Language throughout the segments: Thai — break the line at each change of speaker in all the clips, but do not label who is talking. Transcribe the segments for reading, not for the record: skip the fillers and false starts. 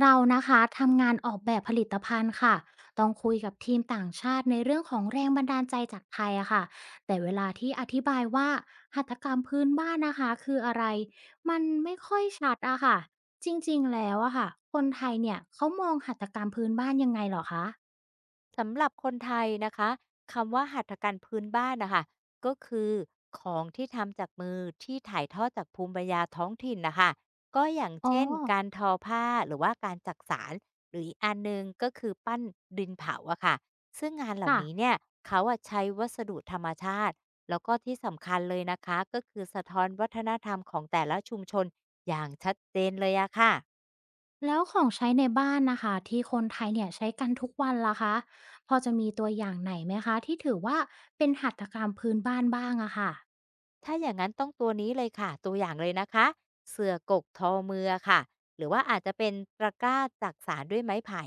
เรานะคะทำงานออกแบบผลิตภัณฑ์ค่ะต้องคุยกับทีมต่างชาติในเรื่องของแรงบันดาลใจจากไทยอะค่ะแต่เวลาที่อธิบายว่าหัตถกรรมพื้นบ้านนะคะคืออะไรมันไม่ค่อยชัดอะค่ะจริงๆแล้วอะค่ะคนไทยเนี่ยเขามองหัตถกรรมพื้นบ้านยังไงเหรอคะ
สำหรับคนไทยนะคะคำว่าหัตถการพื้นบ้านนะคะก็คือของที่ทำจากมือที่ถ่ายทอดจากภูมิปัญญาท้องถิ่นนะคะก็อย่าง
อ๋อ
เช่นการทอผ้าหรือว่าการจักสานหรืออีกอันหนึงก็คือปั้นดินเผาอะค่ะซึ่งงานเหล่า
ค่ะ
นี้เนี่ยเขาอะใช้วัสดุธรรมชาติแล้วก็ที่สำคัญเลยนะคะก็คือสะท้อนวัฒนธรรมของแต่ละชุมชนอย่างชัดเจนเลยอะค่ะ
แล้วของใช้ในบ้านนะคะที่คนไทยเนี่ยใช้กันทุกวันล่ะคะพอจะมีตัวอย่างไหนไหมคะที่ถือว่าเป็นหัตถกรรมพื้นบ้านบ้างอะค่ะ
ถ้าอย่างนั้นต้องตัวนี้เลยค่ะตัวอย่างเลยนะคะเสือกกทอมืออค่ะหรือว่าอาจจะเป็นตะกร้าจักสานด้วยไม้ไผ่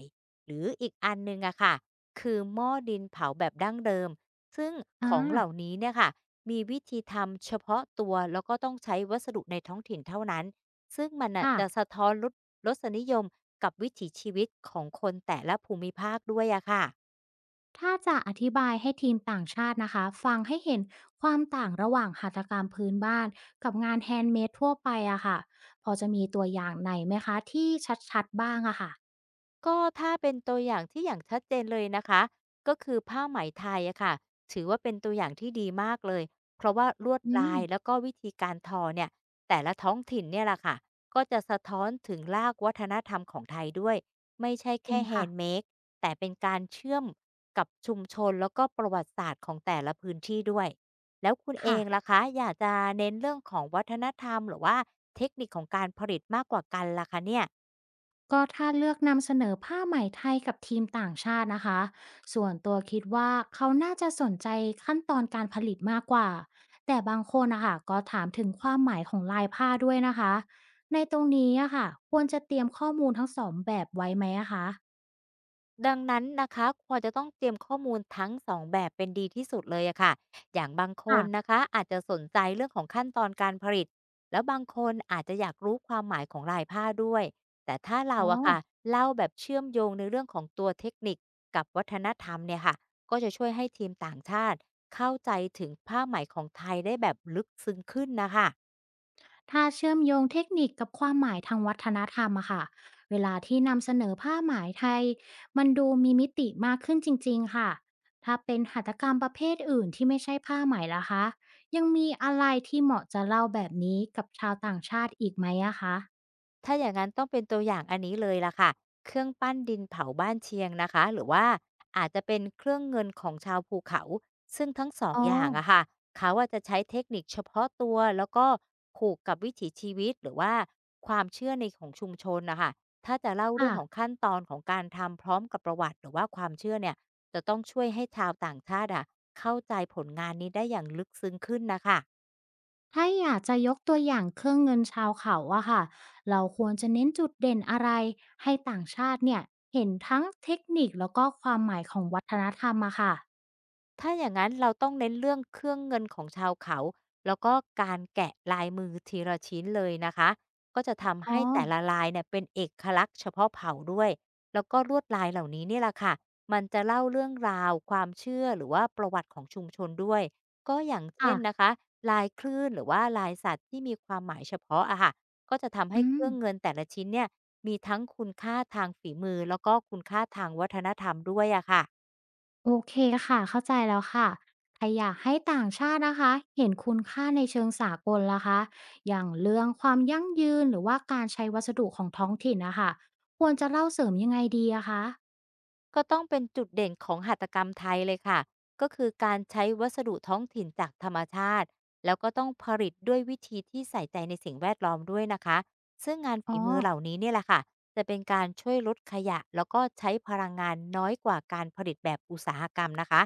หรืออีกอันหนึ่งอะค่ะคือหม้อดินเผาแบบดั้งเดิมซึ่ง
อ่
ของ
า
เหล่านี้เนี่ยค่ะมีวิธีทำเฉพาะตัวแล้วก็ต้องใช้วัสดุในท้องถิ่นเท่านั้นซึ่งมันน่ะ
ค่ะ
จะสะท้อนลดสรสนิยมกับวิถีชีวิตของคนแต่ละภูมิภาคด้วยอะค่ะ
ถ้าจะอธิบายให้ทีมต่างชาตินะคะฟังให้เห็นความต่างระหว่างหัตถกรรมพื้นบ้านกับงานแฮนด์เมดทั่วไปอะค่ะพอจะมีตัวอย่างไหนไหมคะที่ชัดๆบ้างอะค่ะ
ก็ถ้าเป็นตัวอย่างที่อย่างชัดเจนเลยนะคะก็คือผ้าไหมไทยอะค่ะถือว่าเป็นตัวอย่างที่ดีมากเลยเพราะว่าลวด
อื
ลา
ม
ยแล้วก็วิธีการทอเนี่ยแต่ละท้องถิ่นเนี่ยแหละค่ะก็จะสะท้อนถึงรากวัฒนธรรมของไทยด้วยไม่ใช่
จริ
แค่
ง
แฮ
ค่ะ
นด์เมดแต่เป็นการเชื่อมกับชุมชนแล้วก็ประวัติศาสตร์ของแต่ละพื้นที่ด้วยแล้วคุณเอ
ค่ะ
งล่ะคะอยากจะเน้นเรื่องของวัฒนธรรมหรือว่าเทคนิคของการผลิตมากกว่ากันล่ะคะเนี่ย
ก็ถ้าเลือกนำเสนอผ้าไหมไทยกับทีมต่างชาตินะคะส่วนตัวคิดว่าเขาน่าจะสนใจขั้นตอนการผลิตมากกว่าแต่บางคนนะคะก็ถามถึงความหมายของลายผ้าด้วยนะคะในตรงนี้อะค่ะควรจะเตรียมข้อมูลทั้งสองแบบไว้ไหมอะคะ
ดังนั้นนะคะควรจะต้องเตรียมข้อมูลทั้งสองแบบเป็นดีที่สุดเลยอะค่ะอย่างบางค
ค่ะ
นนะคะอาจจะสนใจเรื่องของขั้นตอนการผลิต แล้วบางคนอาจจะอยากรู้ความหมายของลายผ้าด้วย แต่ถ้าเรา
อ๋อ
อะค่ะเล่าแบบเชื่อมโยงในเรื่องของตัวเทคนิคกับวัฒนธรรมเนี่ยค่ะก็จะช่วยให้ทีมต่างชาติเข้าใจถึงผ้าไหมของไทยได้แบบลึกซึ้งขึ้นนะคะ
ถ้าเชื่อมโยงเทคนิคกับความหมายทางวัฒนธรรมอะค่ะเวลาที่นำเสนอผ้าไหมายไทยมันดูมีมิติมากขึ้นจริงๆค่ะถ้าเป็นหัตถกรรมประเภทอื่นที่ไม่ใช่ผ้าไหมล่ะคะยังมีอะไรที่เหมาะจะเล่าแบบนี้กับชาวต่างชาติอีกไหมอะคะ
ถ้าอย่างนั้นต้องเป็นตัวอย่างอันนี้เลยล่ะค่ะเครื่องปั้นดินเผาบ้านเชียงนะคะหรือว่าอาจจะเป็นเครื่องเงินของชาวภูเขาซึ่งทั้งสอง
อ๋อ
อย่างอะค่ะเขาอะจะใช้เทคนิคเฉพาะตัวแล้วก็ผูกกับวิถีชีวิตหรือว่าความเชื่อในของชุมชนนะคะถ้าจะเล่าเรื่
ค่ะ
องของขั้นตอนของการทำพร้อมกับประวัติหรือว่าความเชื่อเนี่ยจะต้องช่วยให้ชาวต่างชาติอะเข้าใจผลงานนี้ได้อย่างลึกซึ้งขึ้นนะคะ
ถ้าอยากจะยกตัวอย่างเครื่องเงินชาวเขาอะค่ะเราควรจะเน้นจุดเด่นอะไรให้ต่างชาติเนี่ยเห็นทั้งเทคนิคแล้วก็ความหมายของวัฒนธรรมอะค่ะ
ถ้าอย่างนั้นเราต้องเน้นเรื่องเครื่องเงินของชาวเขาแล้วก็การแกะลายมือทีละชิ้นเลยนะคะก็จะทำ
อ๋อ
ให้แต่ละลายเนี่ยเป็นเอกลักษณ์เฉพาะเผ่าด้วยแล้วก็ลวดลายเหล่านี้นี่แหละค่ะมันจะเล่าเรื่องราวความเชื่อหรือว่าประวัติของชุมชนด้วยก็อย่างเช่
ค่ะ
นนะคะลายคลื่นหรือว่าลายสัตว์ที่มีความหมายเฉพาะอะค่ะก็จะทำให้
อื
เค
ม
รื่องเงินแต่ละชิ้นเนี่ยมีทั้งคุณค่าทางฝีมือแล้วก็คุณค่าทางวัฒนธรรมด้วยอะค่ะ
โอเคค่ะเข้าใจแล้วค่ะถ้าอยากให้ต่างชาตินะคะเห็นคุณค่าในเชิงสากลล่ะคะอย่างเรื่องความยั่งยืนหรือว่าการใช้วัสดุของท้องถิ่นนะคะควรจะเล่าเสริมยังไงดีอะคะ
ก็ต้องเป็นจุดเด่นของหัตถกรรมไทยเลยค่ะก็คือการใช้วัสดุท้องถิ่นจากธรรมชาติแล้วก็ต้องผลิตด้วยวิธีที่ใส่ใจในสิ่งแวดล้อมด้วยนะคะ ซึ่งงาน
อ๋
ฝี
อ
มือเหล่านี้เนี่ยแหละค่ะจะเป็นการช่วยลดขยะ แล้วก็ใช้พลังงานน้อยกว่าการผลิตแบบอุตสาหกรรมนะคะ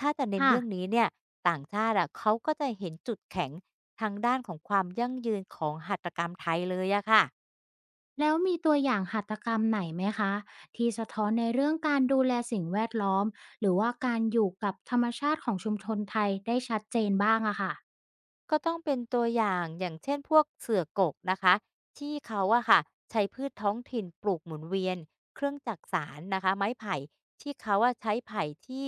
ถ้าจะเน้น
ค่ะ
เรื่องนี้เนี่ยต่างชาติอะเขาก็จะเห็นจุดแข็งทางด้านของความยั่งยืนของหัตถกรรมไทยเลยอะค่ะ
แล้วมีตัวอย่างหัตถกรรมไหนไหมคะที่สะท้อนในเรื่องการดูแลสิ่งแวดล้อมหรือว่าการอยู่กับธรรมชาติของชุมชนไทยได้ชัดเจนบ้างอะค่ะ
ก็ต้องเป็นตัวอย่างอย่างเช่นพวกเสือกกนะคะที่เขาอะค่ะใช้พืชท้องถิ่นปลูกหมุนเวียนเครื่องจักสานนะคะไม้ไผ่ที่เขาอะใช้ไผ่ที่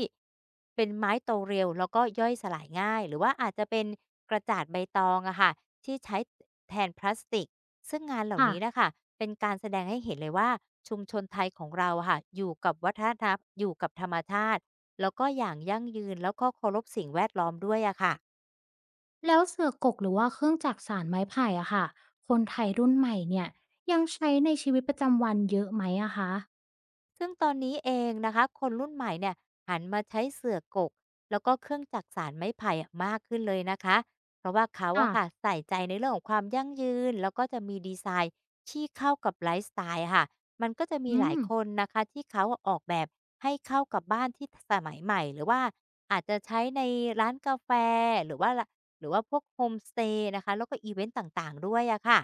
เป็นไม้โตเร็วแล้วก็ย่อยสลายง่ายหรือว่าอาจจะเป็นกระจาดใบตองอะค่ะที่ใช้แทนพลาสติกซึ่งงานเหล่านี้
ค่ะ
น่ะคะเป็นการแสดงให้เห็นเลยว่าชุมชนไทยของเราอะค่ะอยู่กับวัฒนธรรมอยู่กับธรรมชาติแล้วก็อย่างยั่งยืนแล้วก็เคารพสิ่งแวดล้อมด้วยอะค่ะ
แล้วเสือกกหรือว่าเครื่องจักสานไม้ไผ่อะค่ะคนไทยรุ่นใหม่เนี่ยยังใช้ในชีวิตประจำวันเยอะไหมอะคะ
ซึ่งตอนนี้เองนะคะคนรุ่นใหม่เนี่ยหันมาใช้เสื่อกกแล้วก็เครื่องจักสานไม้ไผ่อะมากขึ้นเลยนะคะเพราะว่าเขา
ค่ะ
อะค่ะใส่ใจในเรื่องของความยั่งยืนแล้วก็จะมีดีไซน์ที่เข้ากับไลฟ์สไตล์ค่ะมันก็จะมี
อื
หลา
ม
ยคนนะคะที่เขาออกแบบให้เข้ากับบ้านที่สมัยใหม่หรือว่าอาจจะใช้ในร้านกาแฟหรือว่าหรือว่าพวกโฮมสเตย์นะคะแล้วก็อีเวนต์ต่างๆด้วยอะค่ะ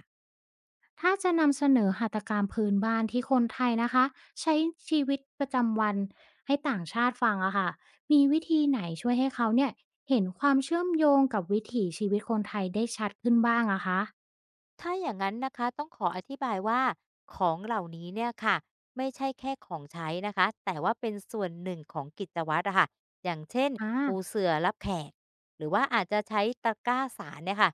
ถ้าจะนำเสนอหัตถกรรมพื้นบ้านที่คนไทยนะคะใช้ชีวิตประจำวันให้ต่างชาติฟังอะค่ะมีวิธีไหนช่วยให้เขาเนี่ยเห็นความเชื่อมโยงกับวิถีชีวิตคนไทยได้ชัดขึ้นบ้างอะคะ
ถ้าอย่างนั้นนะคะต้องขออธิบายว่าของเหล่านี้เนี่ยค่ะไม่ใช่แค่ของใช้นะคะแต่ว่าเป็นส่วนหนึ่งของกิจวัตรอะค่ะอย่างเช่น
อา
ปูเสื่อรับแขกหรือว่าอาจจะใช้ตะกร้าสารเนี่ยค่ะ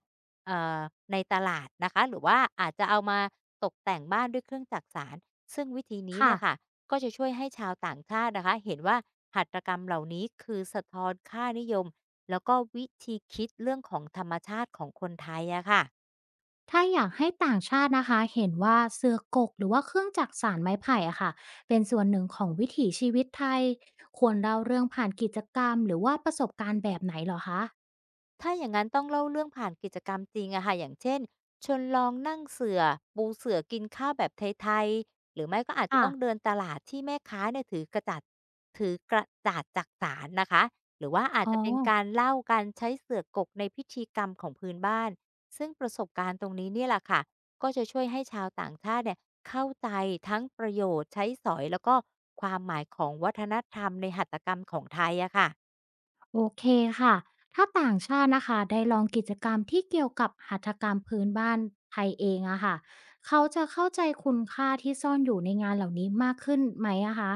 เอ่อในตลาดนะคะหรือว่าอาจจะเอามาตกแต่งบ้านด้วยเครื่องจักสานซึ่งวิธีนี้
ค่ะ
เนี่ยค่ะก็จะช่วยให้ชาวต่างชาตินะคะเห็นว่าหัตถกรรมเหล่านี้คือสะท้อนค่านิยมแล้วก็วิธีคิดเรื่องของธรรมชาติของคนไทยอะค่ะ
ถ้าอยากให้ต่างชาตินะคะเห็นว่าเสือกกหรือว่าเครื่องจักสานไม้ไผ่อะค่ะเป็นส่วนหนึ่งของวิถีชีวิตไทยควรเล่าเรื่องผ่านกิจกรรมหรือว่าประสบการณ์แบบไหนเหรอคะ
ถ้าอย่างนั้นต้องเล่าเรื่องผ่านกิจกรรมจริงอะค่ะอย่างเช่นชวนลองนั่งเสือ่อปูเสือ่อกินข้าวแบบไทยๆหรือไม่ก็อาจจะ
ค่ะ
ต้องเดินตลาดที่แม่ค้าเนี่ยถือกระจัดถือกระดาษจักสารนะคะหรือว่าอาจ
อ๋อ
จะเป็นการเล่าการใช้เสือกกในพิธีกรรมของพื้นบ้านซึ่งประสบการณ์ตรงนี้เนี่ยแหละค่ะก็จะช่วยให้ชาวต่างชาติเนี่ยเข้าใจทั้งประโยชน์ใช้สอยแล้วก็ความหมายของวัฒนธรรมในหัตถกรรมของไทยอะค่ะ
โอเคค่ะถ้าต่างชาตินะคะได้ลองกิจกรรมที่เกี่ยวกับหัตถกรรมพื้นบ้านไทยเองอะค่ะเขาจะเข้าใจคุณค่าที่ซ่อนอยู่ในงานเหล่านี้มากขึ้นไหมอะคะ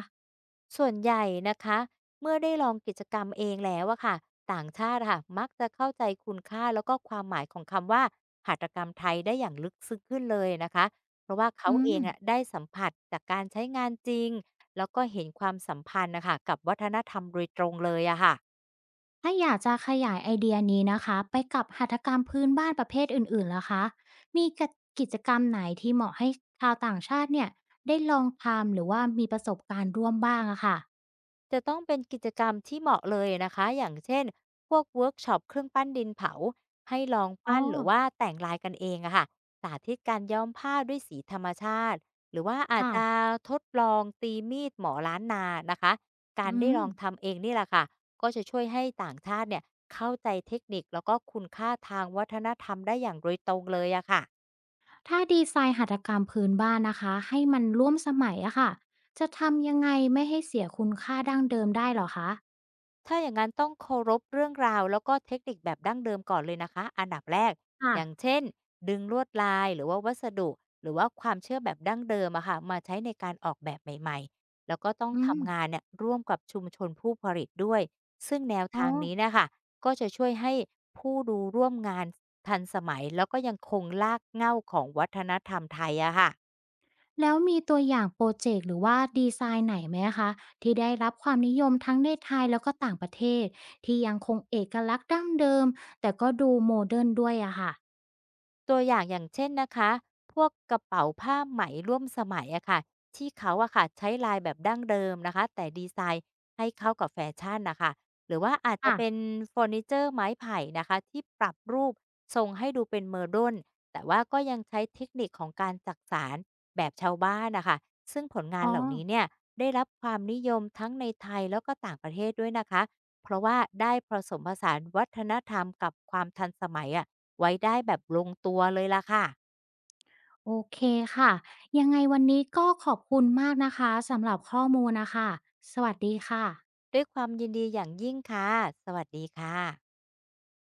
ส่วนใหญ่นะคะเมื่อได้ลองกิจกรรมเองแล้วอะค่ะต่างชาติอะค่ะมักจะเข้าใจคุณค่าแล้วก็ความหมายของคำว่าหัตถกรรมไทยได้อย่างลึกซึ้งขึ้นเลยนะคะเพราะว่าเขา
อื
เอ
ม
งอะได้สัมผัสจากการใช้งานจริงแล้วก็เห็นความสัมพันธ์นะคะกับวัฒนธรรมโดยตรงเลยอะค่ะ
ถ้าอยากจะขยายไอเดียนี้นะคะไปกับหัตถกรรมพื้นบ้านประเภทอื่นๆล่ะคะมีกิจกรรมไหนที่เหมาะให้ชาวต่างชาติเนี่ยได้ลองทำหรือว่ามีประสบการณ์ร่วมบ้างอะค่ะ
จะต้องเป็นกิจกรรมที่เหมาะเลยนะคะอย่างเช่นพวกเวิร์กช็อปเครื่องปั้นดินเผาให้ลอง
อ๋อ
ปั้นหรือว่าแต่งลายกันเองอะค่ะสาธิตการย้อมผ้าด้วยสีธรรมชาติ หรือว่าอาจ
ค่ะ
จะทดลองตีมีดหมอล้านนานะคะการ
อื
ได้
ม
ลองทำเองนี่แหละค่ะก็จะช่วยให้ต่างชาติเนี่ยเข้าใจเทคนิคแล้วก็คุณค่าทางวัฒนธรรมได้อย่างโดยตรงเลยอะค่ะ
ถ้าดีไซน์หัตถกรรมพื้นบ้านนะคะให้มันร่วมสมัยอะค่ะจะทำยังไงไม่ให้เสียคุณค่าดั้งเดิมได้เหรอคะ
ถ้าอย่างนั้นต้องเคารพเรื่องราวแล้วก็เทคนิคแบบดั้งเดิมก่อนเลยนะคะอันดับแรก
ค่ะ
อย่างเช่นดึงลวดลายหรือว่าวัสดุหรือว่าความเชื่อแบบดั้งเดิมอะค่ะมาใช้ในการออกแบบใหม่ๆแล้วก็ต้อง
อืม
ทำงานเนี่ยร่วมกับชุมชนผู้ผลิตด้วยซึ่งแนว
อ๋อ
ทางนี้นะคะก็จะช่วยให้ผู้ดูร่วมงานทันสมัยแล้วก็ยังคงลากเหง้าของวัฒนธรรมไทยอะค่ะ
แล้วมีตัวอย่างโปรเจกต์หรือว่าดีไซน์ไหนไหมคะที่ได้รับความนิยมทั้งในไทยแล้วก็ต่างประเทศที่ยังคงเอกลักษณ์ดั้งเดิมแต่ก็ดูโมเดิร์นด้วยอะค่ะ
ตัวอย่างอย่างเช่นนะคะพวกกระเป๋าผ้าไหมร่วมสมัยอะค่ะที่เขาอะค่ะใช้ลายแบบดั้งเดิมนะคะแต่ดีไซน์ให้เข้ากับแฟชั่นนะคะหรือว่าอาจจะ
ค่ะ
เป็นเฟอร์นิเจอร์ไม้ไผ่นะคะที่ปรับรูปทรงให้ดูเป็นเมอร์ด r นแต่ว่าก็ยังใช้เทคนิคของการจักสานแบบชาวบ้านนะคะซึ่งผลงาน
อ๋อ
เหล่านี้เนี่ยได้รับความนิยมทั้งในไทยแล้วก็ต่างประเทศด้วยนะคะเพราะว่าได้ผสมผสานวัฒนธรรมกับความทันสมัยอะ ไว้ได้แบบลงตัวเลยล่ะค่ะ
โอเคค่ะยังไงวันนี้ก็ขอบคุณมากนะคะสำหรับข้อมูลนะคะสวัสดีค่ะ
ด้วยความยินดีอย่างยิ่งค่ะสวัสดีค่ะ